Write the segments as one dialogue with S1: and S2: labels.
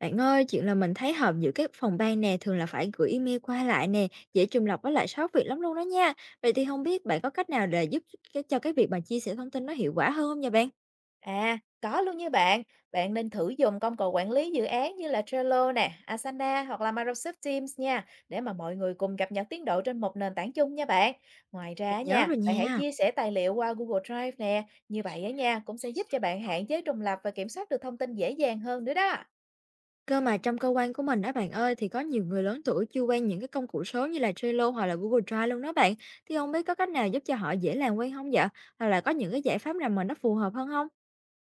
S1: Bạn ơi, chuyện là mình thấy họp giữa các phòng ban nè, thường là phải gửi email qua lại nè, dễ trùng lặp với lại sót việc lắm luôn đó nha. Vậy thì không biết bạn có cách nào để giúp cho cái việc mà chia sẻ thông tin nó hiệu quả hơn không nha bạn?
S2: À, có luôn như bạn. Bạn nên thử dùng công cụ quản lý dự án như là Trello nè, Asana hoặc là Microsoft Teams nha, để mà mọi người cùng cập nhật tiến độ trên một nền tảng chung nha bạn. Ngoài
S1: Mình
S2: ra
S1: nhớ
S2: nha,
S1: rồi
S2: bạn hãy
S1: nha.
S2: chia sẻ tài liệu qua Google Drive nè, như vậy á nha, cũng sẽ giúp cho bạn hạn chế trùng lặp và kiểm soát được thông tin dễ dàng hơn nữa đó.
S1: Cơ mà trong cơ quan của mình đó bạn ơi, thì có nhiều người lớn tuổi chưa quen những cái công cụ số như là Trello hoặc là Google Drive luôn đó bạn. Thì không biết có cách nào giúp cho họ dễ làm quen không vậy? Hoặc là có những cái giải pháp nào mà nó phù hợp hơn không?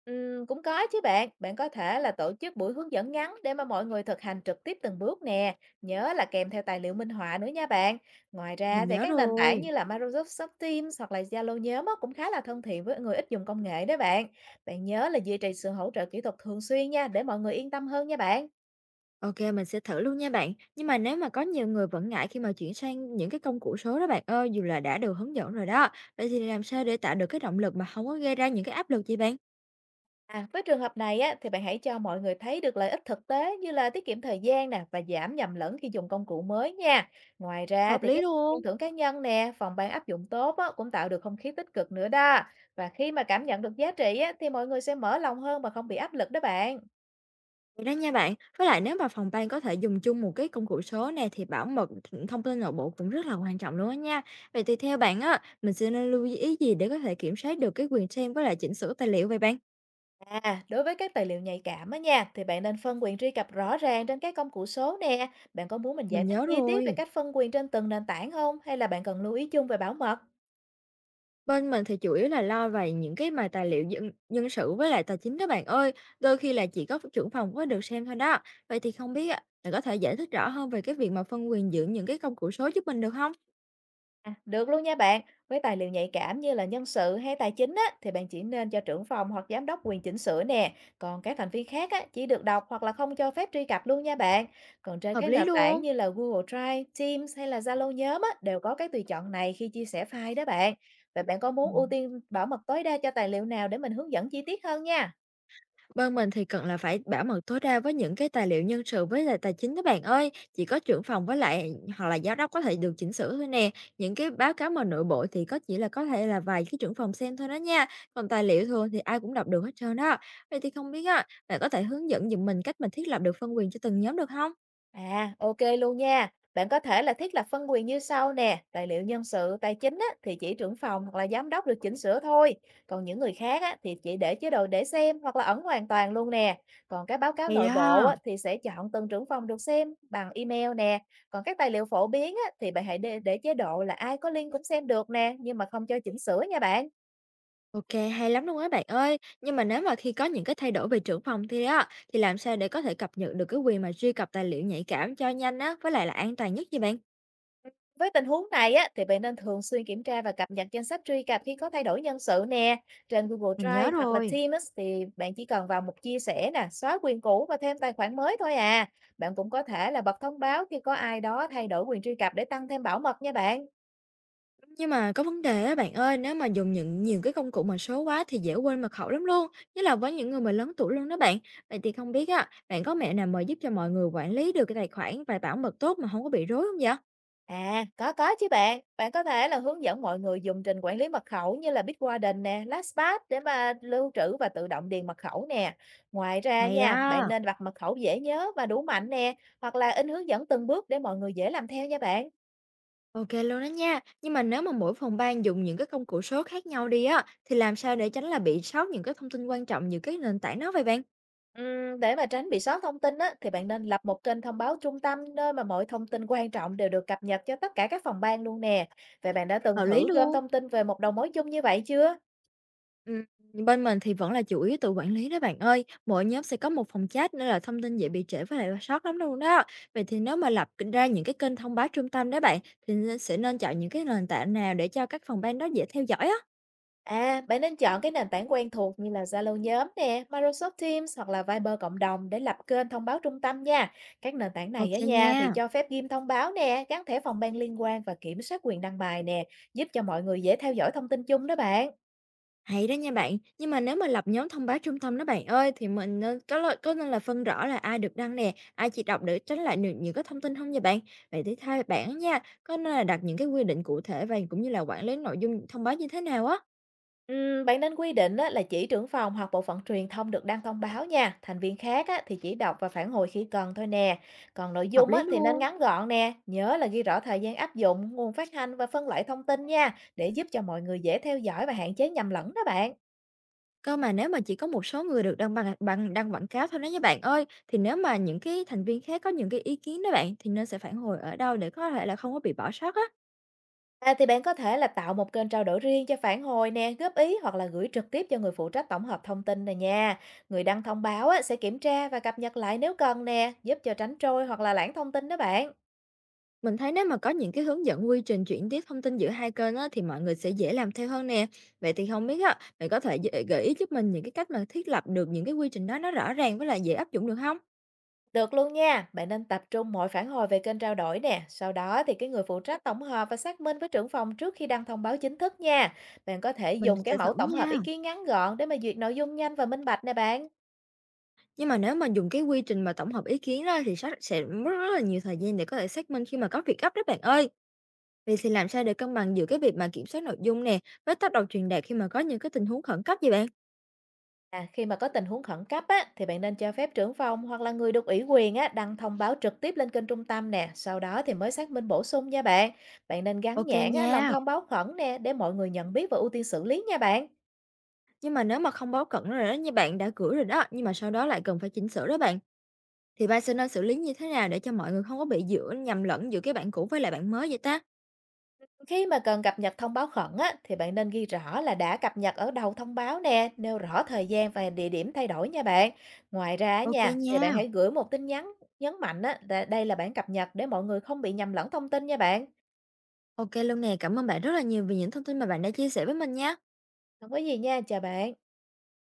S2: Cũng có chứ bạn. Bạn có thể là tổ chức buổi hướng dẫn ngắn để mà mọi người thực hành trực tiếp từng bước nè. Nhớ là kèm theo tài liệu minh họa nữa nha bạn. Ngoài ra
S1: Mình
S2: thì
S1: nhớ
S2: các nền tảng
S1: rồi.
S2: như là Microsoft Teams hoặc là Zalo nhóm á, cũng khá là thân thiện với người ít dùng công nghệ đó bạn. Bạn nhớ là duy trì sự hỗ trợ kỹ thuật thường xuyên nha, để mọi người yên tâm hơn nha bạn.
S1: OK, mình sẽ thử luôn nha bạn. Nhưng mà nếu mà có nhiều người vẫn ngại khi mà chuyển sang những cái công cụ số đó bạn ơi, dù là đã được hướng dẫn rồi đó, vậy thì làm sao để tạo được cái động lực mà không có gây ra những cái áp lực gì bạn?
S2: À, với trường hợp này á, thì bạn hãy cho mọi người thấy được lợi ích thực tế như là tiết kiệm thời gian nè, và giảm nhầm lẫn khi dùng công cụ mới nha. Ngoài ra
S1: Hợp
S2: thì
S1: lý
S2: cái khen
S1: luôn.
S2: thưởng cá nhân nè, phòng ban áp dụng tốt á, cũng tạo được không khí tích cực nữa đó. Và khi mà cảm nhận được giá trị á, thì mọi người sẽ mở lòng hơn và không bị áp lực đó bạn.
S1: Vậy đó nha bạn. Với lại nếu mà phòng ban có thể dùng chung một cái công cụ số này thì bảo mật thông tin nội bộ cũng rất là quan trọng luôn á nha. Vậy thì theo bạn á, mình sẽ nên lưu ý gì để có thể kiểm soát được cái quyền xem với lại chỉnh sửa tài liệu vậy bạn?
S2: À, đối với các tài liệu nhạy cảm á nha, thì bạn nên phân quyền truy cập rõ ràng trên các công cụ số nè. Bạn có muốn mình giải
S1: Mình
S2: thích
S1: nhớ
S2: chi tiết về
S1: rồi.
S2: cách phân quyền trên từng nền tảng không? Hay là bạn cần lưu ý chung về bảo mật?
S1: Bên mình thì chủ yếu là lo về những cái mà tài liệu dân nhân sự với lại tài chính đó bạn ơi, đôi khi là chỉ có trưởng phòng mới được xem thôi đó. Vậy thì không biết á, bạn có thể giải thích rõ hơn về cái việc mà phân quyền giữa những cái công cụ số giúp mình được không
S2: À, được luôn nha bạn. Với tài liệu nhạy cảm như là nhân sự hay tài chính á, thì bạn chỉ nên cho trưởng phòng hoặc giám đốc quyền chỉnh sửa nè. Còn các thành viên khác á, chỉ được đọc hoặc là không cho phép truy cập luôn nha bạn. Còn trên
S1: Hợp
S2: các
S1: lý
S2: nền tảng
S1: luôn.
S2: như là Google Drive, Teams hay là Zalo nhóm á, đều có cái tùy chọn này khi chia sẻ file đó bạn. Vậy bạn có muốn ưu tiên bảo mật tối đa cho tài liệu nào để mình hướng dẫn chi tiết hơn nha?
S1: Bên mình thì cần là phải bảo mật tối đa với những cái tài liệu nhân sự với lại tài chính đó bạn ơi. Chỉ có trưởng phòng với lại hoặc là giám đốc có thể được chỉnh sửa thôi nè. Những cái báo cáo mà nội bộ thì có thể là vài cái trưởng phòng xem thôi đó nha. Còn tài liệu thường thì ai cũng đọc được hết trơn đó. Vậy thì không biết á, bạn có thể hướng dẫn giùm mình cách mình thiết lập được phân quyền cho từng nhóm được không?
S2: À, OK luôn nha. Bạn có thể là thiết lập phân quyền như sau nè, tài liệu nhân sự, tài chính á, thì chỉ trưởng phòng hoặc là giám đốc được chỉnh sửa thôi. Còn những người khác á, thì chỉ để chế độ để xem hoặc là ẩn hoàn toàn luôn nè. Còn các báo cáo
S1: Hay
S2: nội bộ
S1: đó.
S2: á, thì sẽ chọn từng trưởng phòng được xem bằng email nè. Còn các tài liệu phổ biến á, thì bạn hãy để chế độ là ai có link cũng xem được nè, nhưng mà không cho chỉnh sửa nha bạn.
S1: OK, hay lắm luôn á bạn ơi. Nhưng mà nếu mà khi có những cái thay đổi về trưởng phòng thì đó, thì làm sao để có thể cập nhật được cái quyền mà truy cập tài liệu nhạy cảm cho nhanh á, với lại là an toàn nhất vậy bạn?
S2: Với tình huống này á, thì bạn nên thường xuyên kiểm tra và cập nhật danh sách truy cập khi có thay đổi nhân sự nè. Trên Google
S1: Mình
S2: Drive
S1: nhớ
S2: hoặc là
S1: rồi.
S2: Teams thì bạn chỉ cần vào mục chia sẻ nè, xóa quyền cũ và thêm tài khoản mới thôi à. Bạn cũng có thể là bật thông báo khi có ai đó thay đổi quyền truy cập để tăng thêm bảo mật nha bạn.
S1: Nhưng mà có vấn đề á bạn ơi, nếu mà dùng những nhiều cái công cụ mà số quá thì dễ quên mật khẩu lắm luôn, nhất là với những người mà lớn tuổi luôn đó bạn. Vậy thì không biết á, bạn có mẹo nào mà giúp cho mọi người quản lý được cái tài khoản và bảo mật tốt mà không có bị rối không vậy?
S2: À, có chứ bạn. Bạn có thể là hướng dẫn mọi người dùng trình quản lý mật khẩu như là Bitwarden nè, LastPass để mà lưu trữ và tự động điền mật khẩu nè. Ngoài ra
S1: Hay
S2: nha, bạn
S1: đó.
S2: nên đặt mật khẩu dễ nhớ và đủ mạnh nè, hoặc là in hướng dẫn từng bước để mọi người dễ làm theo nha bạn.
S1: OK luôn đó nha. Nhưng mà nếu mà mỗi phòng ban dùng những cái công cụ số khác nhau đi á, thì làm sao để tránh là bị sót những cái thông tin quan trọng giữa các nền tảng đó vậy bạn?
S2: Để mà tránh bị sót thông tin á, thì bạn nên lập một kênh thông báo trung tâm, nơi mà mọi thông tin quan trọng đều được cập nhật cho tất cả các phòng ban luôn nè. Vậy bạn đã từng
S1: Hợp lý
S2: thử gom
S1: luôn.
S2: thông tin về một đầu mối chung như vậy chưa?
S1: Ừm, bên mình thì vẫn là chủ yếu tự quản lý đó bạn ơi. Mỗi nhóm sẽ có một phòng chat nên là thông tin dễ bị trễ với lại sót lắm luôn đó. Vậy thì nếu mà lập ra những cái kênh thông báo trung tâm đó bạn thì nên, sẽ nên chọn những cái nền tảng nào để cho các phòng ban đó dễ theo dõi á.
S2: À, bạn nên chọn cái nền tảng quen thuộc như là Zalo nhóm nè, Microsoft Teams hoặc là Viber cộng đồng để lập kênh thông báo trung tâm nha. Các nền tảng này
S1: OK
S2: ở nhà thì
S1: nha.
S2: cho phép ghim thông báo nè, gắn thẻ phòng ban liên quan và kiểm soát quyền đăng bài nè, giúp cho mọi người dễ theo dõi thông tin chung đó bạn.
S1: Hay đó nha bạn. Nhưng mà nếu mà lập nhóm thông báo trung tâm đó bạn ơi thì mình nên có nên là phân rõ là ai được đăng nè, ai chỉ đọc để tránh lại được những cái thông tin không nha bạn. Vậy thì thay bạn á nha, có nên là đặt những cái quy định cụ thể và cũng như là quản lý nội dung thông báo như thế nào á?
S2: Bạn nên quy định á, là chỉ trưởng phòng hoặc bộ phận truyền thông được đăng thông báo nha. Thành viên khác á, thì chỉ đọc và phản hồi khi cần thôi nè. Còn nội
S1: Hợp
S2: dung á,
S1: lý
S2: thì nên
S1: luôn.
S2: ngắn gọn nè. Nhớ là ghi rõ thời gian áp dụng, nguồn phát hành và phân loại thông tin nha, để giúp cho mọi người dễ theo dõi và hạn chế nhầm lẫn đó bạn.
S1: Cơ mà nếu mà chỉ có một số người được đăng bằng bằng đăng quảng cáo thôi đó nha bạn ơi, thì nếu mà những cái thành viên khác có những cái ý kiến đó bạn, thì nên sẽ phản hồi ở đâu để có thể là không có bị bỏ sót á?
S2: À, thì bạn có thể là tạo một kênh trao đổi riêng cho phản hồi nè, góp ý hoặc là gửi trực tiếp cho người phụ trách tổng hợp thông tin này nha. Người đăng thông báo á, sẽ kiểm tra và cập nhật lại nếu cần nè, giúp cho tránh trôi hoặc là lãng thông tin đó bạn.
S1: Mình thấy nếu mà có những cái hướng dẫn quy trình chuyển tiếp thông tin giữa hai kênh á, thì mọi người sẽ dễ làm theo hơn nè. Vậy thì không biết á, bạn có thể gợi ý giúp mình những cái cách mà thiết lập được những cái quy trình đó nó rõ ràng với lại dễ áp dụng được không?
S2: Được luôn nha, bạn nên tập trung mọi phản hồi về kênh trao đổi nè. Sau đó thì cái người phụ trách tổng hợp và xác minh với trưởng phòng trước khi đăng thông báo chính thức nha. Bạn có thể
S1: Mình
S2: dùng cái
S1: sẽ
S2: mẫu
S1: thử
S2: tổng hợp
S1: nha.
S2: ý kiến ngắn gọn để mà duyệt nội dung nhanh và minh bạch nè bạn.
S1: Nhưng mà nếu mà dùng cái quy trình mà tổng hợp ý kiến ra thì sẽ mất rất là nhiều thời gian để có thể xác minh khi mà có việc gấp đó bạn ơi. Vậy thì làm sao để cân bằng giữa cái việc mà kiểm soát nội dung nè với tác động truyền đạt khi mà có những cái tình huống khẩn cấp vậy bạn?
S2: À, khi mà có tình huống khẩn cấp á, thì bạn nên cho phép trưởng phòng hoặc là người được ủy quyền á, đăng thông báo trực tiếp lên kênh trung tâm nè. Sau đó thì mới xác minh bổ sung nha bạn. Bạn nên gắn
S1: OK
S2: nhãn á, lòng
S1: nha.
S2: thông báo khẩn nè, để mọi người nhận biết và ưu tiên xử lý nha bạn.
S1: Nhưng mà nếu mà không báo cẩn rồi đó như bạn đã gửi rồi đó, nhưng mà sau đó lại cần phải chỉnh sửa đó bạn, thì bạn sẽ nên xử lý như thế nào để cho mọi người không có bị giữa nhầm lẫn giữa cái bạn cũ với lại bạn mới vậy ta?
S2: Khi mà cần cập nhật thông báo khẩn á, thì bạn nên ghi rõ là đã cập nhật ở đầu thông báo nè, nêu rõ thời gian và địa điểm thay đổi nha bạn. Ngoài ra á
S1: OK
S2: nha, thì bạn
S1: nha.
S2: hãy gửi một tin nhắn nhấn mạnh á, là đây là bản cập nhật để mọi người không bị nhầm lẫn thông tin nha bạn.
S1: OK luôn nè, cảm ơn bạn rất là nhiều vì những thông tin mà bạn đã chia sẻ với mình nha.
S2: Không có gì nha, chào bạn.